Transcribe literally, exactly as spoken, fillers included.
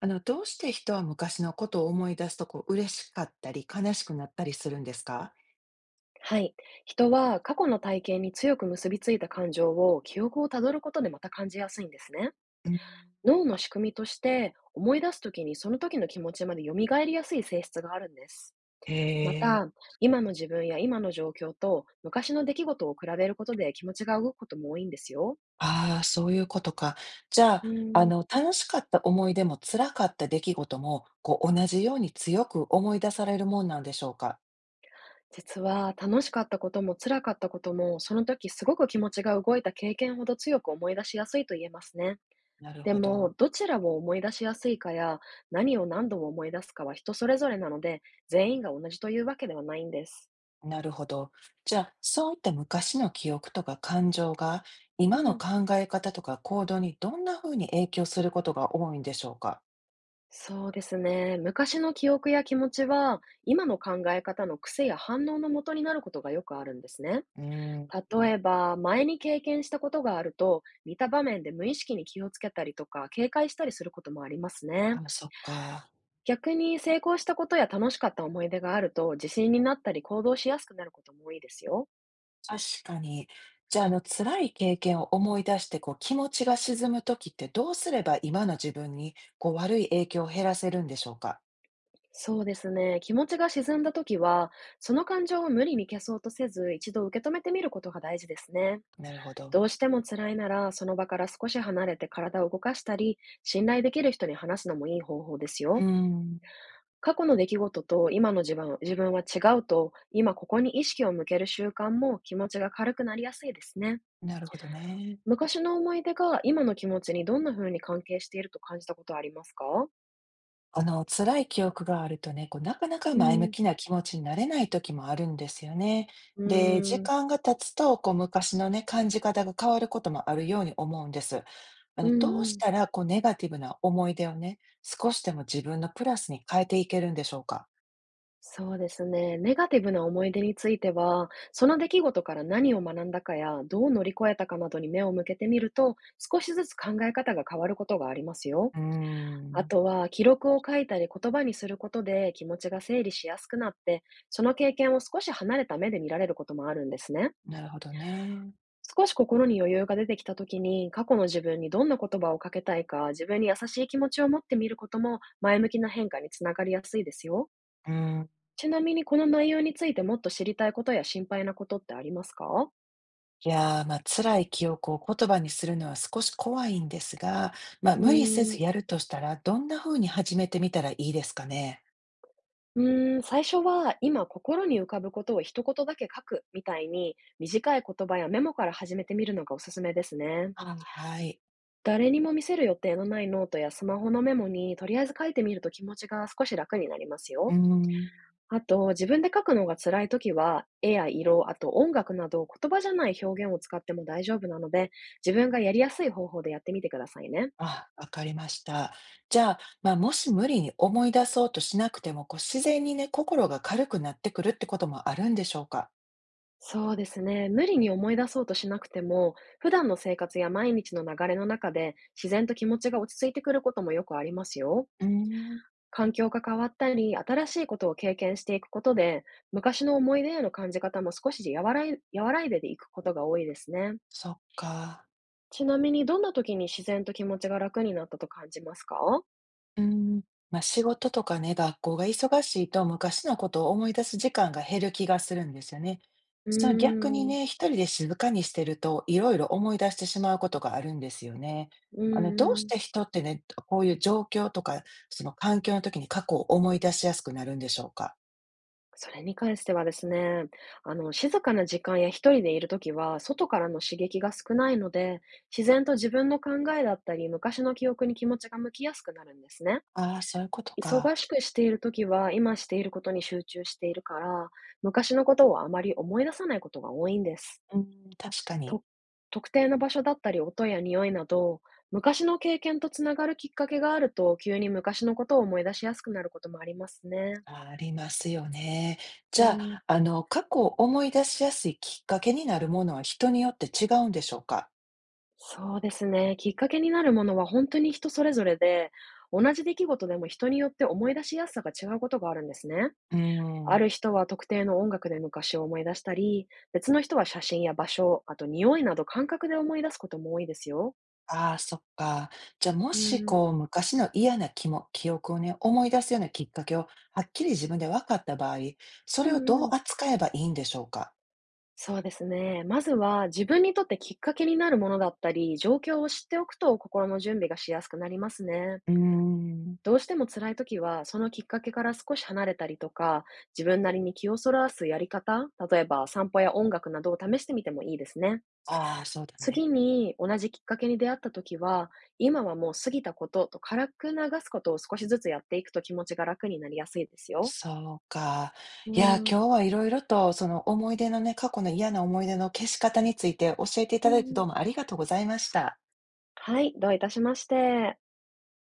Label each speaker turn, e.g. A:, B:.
A: あの、どうして人は昔のことを思い出すとこう嬉しかったり悲しくなったりするんですか？
B: はい。人は過去の体験に強く結びついた感情を記憶をたどることでまた感じやすいんですね。
A: うん。
B: 脳の仕組みとして思い出すときにその時の気持ちまで蘇りやすい性質があるんです。
A: へ
B: ま
A: え、
B: た、今の自分や今の状況と昔の出来事を比べることで気持ちが動くことも多いんですよ。
A: ああ、そういうことか。じゃあ、
B: う
A: あ
B: ーん。
A: の、楽しかった思い出も辛かった出来事も、こう同じように強く思い出されるもんなんでしょうか？
B: 実は楽しかったことも辛かったこともその時すごく気持ちが動いた経験ほど強く思い出しやすいと言えますね。
A: なる
B: で
A: ほ
B: も、
A: ど、
B: どちらを思い出しやすいかや、何を何度も思い出すかは人それぞれなので、全員が同じというわけではないんです。
A: なるほど。じゃあ、そういった昔の記憶とか感情が、
B: う
A: 今の
B: ん。
A: 考え方とか行動にどんな風に影響することが多いんでしょうか？
B: そうですね。昔の記憶や気持ちは、今の考え方の癖や反応の元になることがよくあるんですね。
A: うーん、
B: 例えば、前に経験したことがあると、似た場面で無意識に気をつけたりとか、警戒したりすることもありますね。
A: ああ、そっか。
B: 逆に成功したことや楽しかった思い出があると、自信になったり行動しやすくなることも多いですよ。
A: 確かに。じゃあ、あの、辛い経験を思い出して、こう、気持ちが沈む時って、どうすれば今の自分に、こう、悪い影響を減らせるんでしょうか？
B: そうですね。気持ちが沈んだときは、その感情を無理に消そうとせず、一度受け止めてみることが大事ですね。
A: なるほど。
B: どうしても辛いなら、その場から少し離れて体を動かしたり、信頼できる人に話すのもいい方法です
A: うー
B: よ。
A: ん、
B: 過去の出来事と今の自分自分は違うと、今ここに意識を向ける習慣も気持ちが軽くなりやすいですね。
A: なるほどね。
B: 昔の思い出が今の気持ちにどんな風に関係していると感じたことはありますか？
A: あの、辛い記憶があるとね、こう、なかなか
B: う
A: 前向
B: ん。
A: きな気持ちになれない時もあるんですよね。
B: う
A: で、時
B: ーん。
A: 間が経つと、こう、昔のね、感じ方が変わることもあるように思うんです。あ
B: う
A: の、どう
B: んう
A: し
B: ん。
A: たら、こう、ネガティブな思い出をね、少しでも自分のプラスに変えていけるんでしょうか？
B: そうですね。ネガティブな思い出については、その出来事から何を学んだかや、どう乗り越えたかなどに目を向けてみると、少しずつ考え方が変わることがありますよ。
A: うー
B: あ
A: ん、
B: とは、記録を書いたり言葉にすることで気持ちが整理しやすくなって、その経験を少し離れた目で見られることもあるんですね。
A: なるほどね。
B: 少し心に余裕が出てきた時に、過去の自分にどんな言葉をかけたいか、自分に優しい気持ちを持ってみることも、前向きな変化につながりやすいですよ。
A: うん。
B: ちなみにこの内容についてもっと知りたいことや心配なことってありますか？
A: いやー、まあ、辛い記憶を言葉にするのは少し怖いんですが、まあ、
B: う
A: 無理せ
B: ー
A: ずや
B: ん。
A: るとしたら、どんな風に始めてみたらいいですかね？
B: うーん、最初は今心に浮かぶことを一言だけ書くみたいに短い言葉やメモから始めてみるのがおすすめですね。
A: あはい。
B: 誰にも見せる予定のないノートやスマホのメモにとりあえず書いてみると気持ちが少し楽になります
A: うー
B: よ。
A: ん。
B: あと、自分で書くのが辛いときは、絵や色、あと音楽など言葉じゃない表現を使っても大丈夫なので、自分がやりやすい方法でやってみてくださいね。
A: あ、わかりました。じゃあ、まあ、もし無理に思い出そうとしなくても、こう自然にね、心が軽くなってくるってこともあるんでしょうか？
B: そうですね。無理に思い出そうとしなくても、普段の生活や毎日の流れの中で、自然と気持ちが落ち着いてくることもよくありますよ。
A: うーん、
B: 環境が変わったり、新しいことを経験していくことで、昔の思い出への感じ方も少し和らい、和らいでいくことが多いですね。
A: そっか。
B: ちなみに、どんな時に自然と気持ちが楽になったと感じますか？
A: うーん、まあ、仕事とかね、学校が忙しいと昔のことを思い出す時間が減る気がするんですよね。
B: うー
A: その逆に
B: ん、
A: ね、一人で静かにしてるといろいろ思い出してしまうことがあるんですよね。
B: う
A: あの、
B: ん
A: どう
B: う
A: し
B: ん。
A: て人ってね、こういう状況とか、その環境の時に過去を思い出しやすくなるんでしょうか？
B: それに関してはですね、あの、静かな時間や一人でいるときは、外からの刺激が少ないので、自然と自分の考えだったり、昔の記憶に気持ちが向きやすくなるんですね。
A: ああ、そういうこと
B: 忙
A: か。
B: しくしているときは、今していることに集中しているから、昔のことをあまり思い出さないことが多いんです。
A: うん、確かに。
B: と、特定の場所だったり、音や匂いなど、昔の経験とつながるきっかけがあると、急に昔のことを思い出しやすくなることもありますね。
A: ありますよね。
B: う
A: じゃあ、
B: ん。
A: あの、過去を思い出しやすいきっかけになるものは人によって違うんでしょうか？
B: そうですね。きっかけになるものは本当に人それぞれで、同じ出来事でも人によって思い出しやすさが違うことがあるんですね。
A: う
B: ある
A: ん。
B: 人は特定の音楽で昔を思い出したり、別の人は写真や場所、あと匂いなど感覚で思い出すことも多いですよ。
A: ああ、そっか。じゃあ、も
B: う
A: し
B: ん、
A: こう、昔の嫌なきも記憶をね、思い出すようなきっかけをはっきり自分で分かった場合、そ
B: う
A: れを
B: んう
A: どう
B: ん。
A: 扱えばいいんでしょうか？
B: そうですね。まずは自分にとってきっかけになるものだったり、状況を知っておくと心の準備がしやすくなりますね。
A: うーん。
B: どうしても辛い時は、そのきっかけから少し離れたりとか、自分なりに気をそらすやり方、例えば散歩や音楽などを試してみてもいいですね。
A: ああ、そうだ
B: 次
A: ね。
B: に同じきっかけに出会った時は、今はもう過ぎたことと軽く流すことを少しずつやっていくと気持ちが楽になりやすいですよ。
A: そうか。
B: う
A: いや、
B: ん、
A: 今日は色々とその思い出のね、過去の嫌な思い出の消し方について教えてい
B: う
A: ただいて
B: んうん。
A: どうもありがとうございました。
B: はい、どういたしまして。